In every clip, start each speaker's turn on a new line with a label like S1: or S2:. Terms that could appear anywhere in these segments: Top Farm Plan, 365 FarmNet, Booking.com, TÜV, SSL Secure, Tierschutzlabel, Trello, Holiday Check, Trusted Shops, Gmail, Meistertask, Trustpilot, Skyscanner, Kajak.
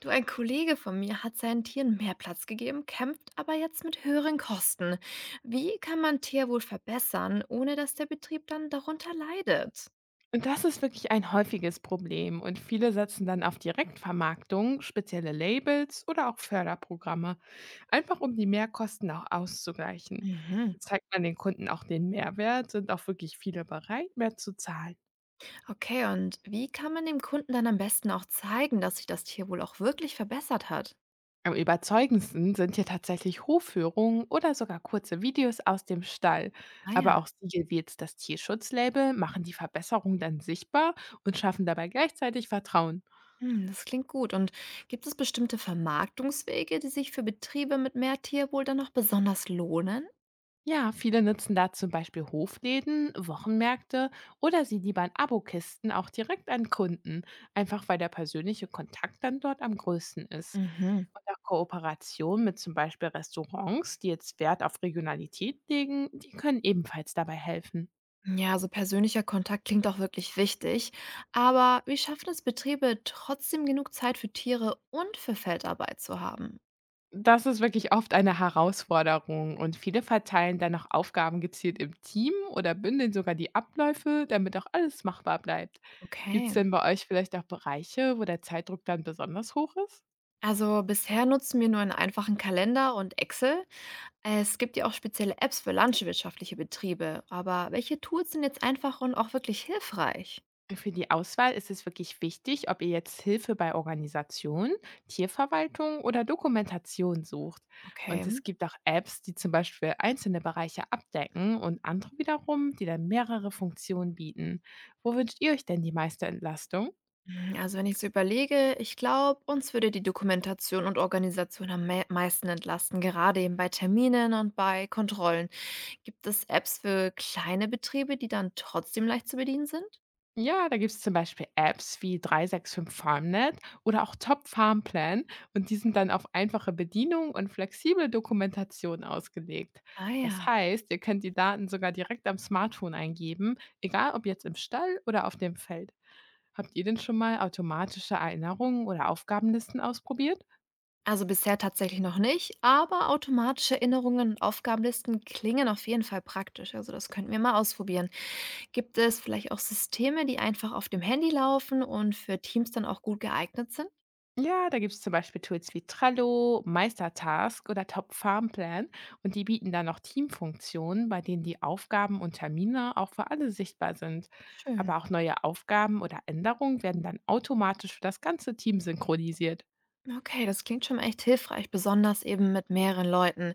S1: Du, ein Kollege von mir hat seinen Tieren mehr Platz gegeben, kämpft aber jetzt mit höheren Kosten. Wie kann man Tierwohl verbessern, ohne dass der Betrieb dann darunter leidet?
S2: Und das ist wirklich ein häufiges Problem und viele setzen dann auf Direktvermarktung, spezielle Labels oder auch Förderprogramme, einfach um die Mehrkosten auch auszugleichen.
S1: Mhm.
S2: Und zeigt man den Kunden auch den Mehrwert, sind auch wirklich viele bereit, mehr zu zahlen.
S1: Okay, und wie kann man dem Kunden dann am besten auch zeigen, dass sich das Tierwohl auch wirklich verbessert hat?
S2: Am überzeugendsten sind hier tatsächlich Hofführungen oder sogar kurze Videos aus dem Stall.
S1: Ah
S2: Aber auch
S1: ja,
S2: Siegel wie jetzt das Tierschutzlabel machen die Verbesserung dann sichtbar und schaffen dabei gleichzeitig Vertrauen.
S1: hm, das klingt gut. Und gibt es bestimmte Vermarktungswege, die sich für Betriebe mit mehr Tierwohl dann noch besonders lohnen?
S2: Ja, viele nutzen da zum Beispiel Hofläden, Wochenmärkte oder sie liefern Abokisten auch direkt an Kunden, einfach weil der persönliche Kontakt dann dort am größten ist.
S1: Mhm.
S2: Und auch Kooperationen mit zum Beispiel Restaurants, die jetzt Wert auf Regionalität legen, die können ebenfalls dabei helfen.
S1: Ja, also persönlicher Kontakt klingt auch wirklich wichtig. Aber wie schaffen es Betriebe, trotzdem genug Zeit für Tiere und für Feldarbeit zu haben?
S2: Das ist wirklich oft eine Herausforderung und viele verteilen dann auch Aufgaben gezielt im Team oder bündeln sogar die Abläufe, damit auch alles machbar bleibt. Gibt es
S1: Okay.
S2: denn bei euch vielleicht auch Bereiche, wo der Zeitdruck dann besonders hoch ist?
S1: Also bisher nutzen wir nur einen einfachen Kalender und Excel. Es gibt ja auch spezielle Apps für landwirtschaftliche Betriebe. Aber welche Tools sind jetzt einfach und auch wirklich hilfreich?
S2: Für die Auswahl ist es wirklich wichtig, ob ihr jetzt Hilfe bei Organisation, Tierverwaltung oder Dokumentation sucht. Und
S1: Okay.
S2: es gibt auch Apps, die zum Beispiel einzelne Bereiche abdecken und andere wiederum, die dann mehrere Funktionen bieten. Wo wünscht ihr euch denn die meiste Entlastung?
S1: Hm, also wenn ich so überlege, ich glaube, uns würde die Dokumentation und Organisation am me meisten entlasten, gerade eben bei Terminen und bei Kontrollen. Gibt es Apps für kleine Betriebe, die dann trotzdem leicht zu bedienen sind?
S2: Ja, da gibt's zum Beispiel Apps wie 365 FarmNet oder auch Top Farm Plan und die sind dann auf einfache Bedienung und flexible Dokumentation ausgelegt.
S1: Ah
S2: Das
S1: ja.
S2: heißt, ihr könnt die Daten sogar direkt am Smartphone eingeben, egal ob jetzt im Stall oder auf dem Feld. Habt ihr denn schon mal automatische Erinnerungen oder Aufgabenlisten ausprobiert?
S1: Also bisher tatsächlich noch nicht, aber automatische Erinnerungen und Aufgabenlisten klingen auf jeden Fall praktisch. Also das könnten wir mal ausprobieren. Gibt es vielleicht auch Systeme, die einfach auf dem Handy laufen und für Teams dann auch gut geeignet sind?
S2: Ja, da gibt's zum Beispiel Tools wie Trello, Meistertask oder Top Farmplan und die bieten dann noch Teamfunktionen, bei denen die Aufgaben und Termine auch für alle sichtbar sind.
S1: Schön.
S2: Aber auch neue Aufgaben oder Änderungen werden dann automatisch für das ganze Team synchronisiert.
S1: Okay, das klingt schon echt hilfreich, besonders eben mit mehreren Leuten.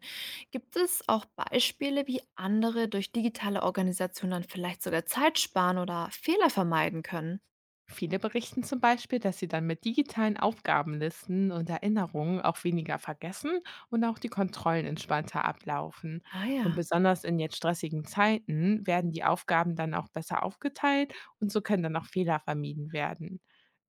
S1: Gibt es auch Beispiele, wie andere durch digitale Organisationen dann vielleicht sogar Zeit sparen oder Fehler vermeiden können?
S2: Viele berichten zum Beispiel, dass sie dann mit digitalen Aufgabenlisten und Erinnerungen auch weniger vergessen und auch die Kontrollen entspannter ablaufen.
S1: Ah
S2: Und
S1: ja.
S2: besonders in jetzt stressigen Zeiten werden die Aufgaben dann auch besser aufgeteilt und so können dann auch Fehler vermieden werden.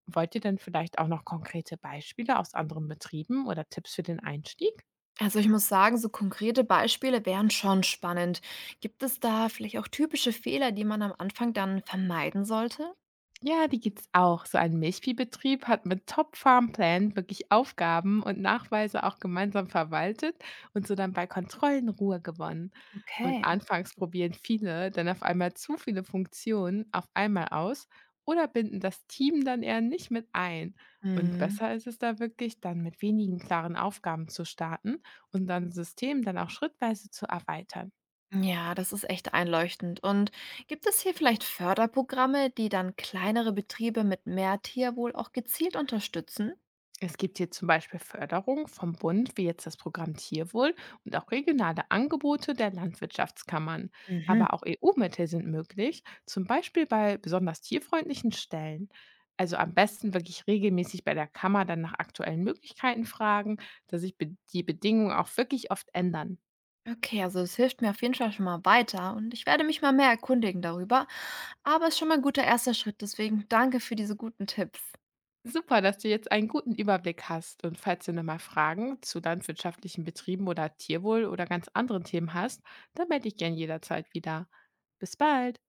S2: Wollt ihr denn vielleicht auch noch konkrete Beispiele aus anderen Betrieben oder Tipps für den Einstieg?
S1: Also ich muss sagen, so konkrete Beispiele wären schon spannend. Gibt es da vielleicht auch typische Fehler, die man am Anfang dann vermeiden sollte?
S2: Ja, die gibt's auch. So ein Milchviehbetrieb hat mit Top Farm Plan wirklich Aufgaben und Nachweise auch gemeinsam verwaltet und so dann bei Kontrollen Ruhe gewonnen. Und
S1: Okay.
S2: anfangs probieren viele dann auf einmal zu viele Funktionen auf einmal aus oder binden das Team dann eher nicht mit ein. Und
S1: Mhm.
S2: besser ist es da wirklich, dann mit wenigen klaren Aufgaben zu starten und dann System dann auch schrittweise zu erweitern.
S1: Ja, das ist echt einleuchtend. Und gibt es hier vielleicht Förderprogramme, die dann kleinere Betriebe mit mehr Tierwohl auch gezielt unterstützen?
S2: Es gibt hier zum Beispiel Förderung vom Bund, wie jetzt das Programm Tierwohl und auch regionale Angebote der Landwirtschaftskammern.
S1: Mhm.
S2: Aber auch EU-Mittel sind möglich, zum Beispiel bei besonders tierfreundlichen Stellen. Also am besten wirklich regelmäßig bei der Kammer dann nach aktuellen Möglichkeiten fragen, dass sich be die Bedingungen auch wirklich oft ändern.
S1: Okay, also es hilft mir auf jeden Fall schon mal weiter und ich werde mich mal mehr erkundigen darüber. Aber es ist schon mal ein guter erster Schritt, deswegen danke für diese guten Tipps.
S2: Super, dass du jetzt einen guten Überblick hast. Und falls du nochmal Fragen zu landwirtschaftlichen Betrieben oder Tierwohl oder ganz anderen Themen hast, dann melde ich gern jederzeit wieder. Bis bald!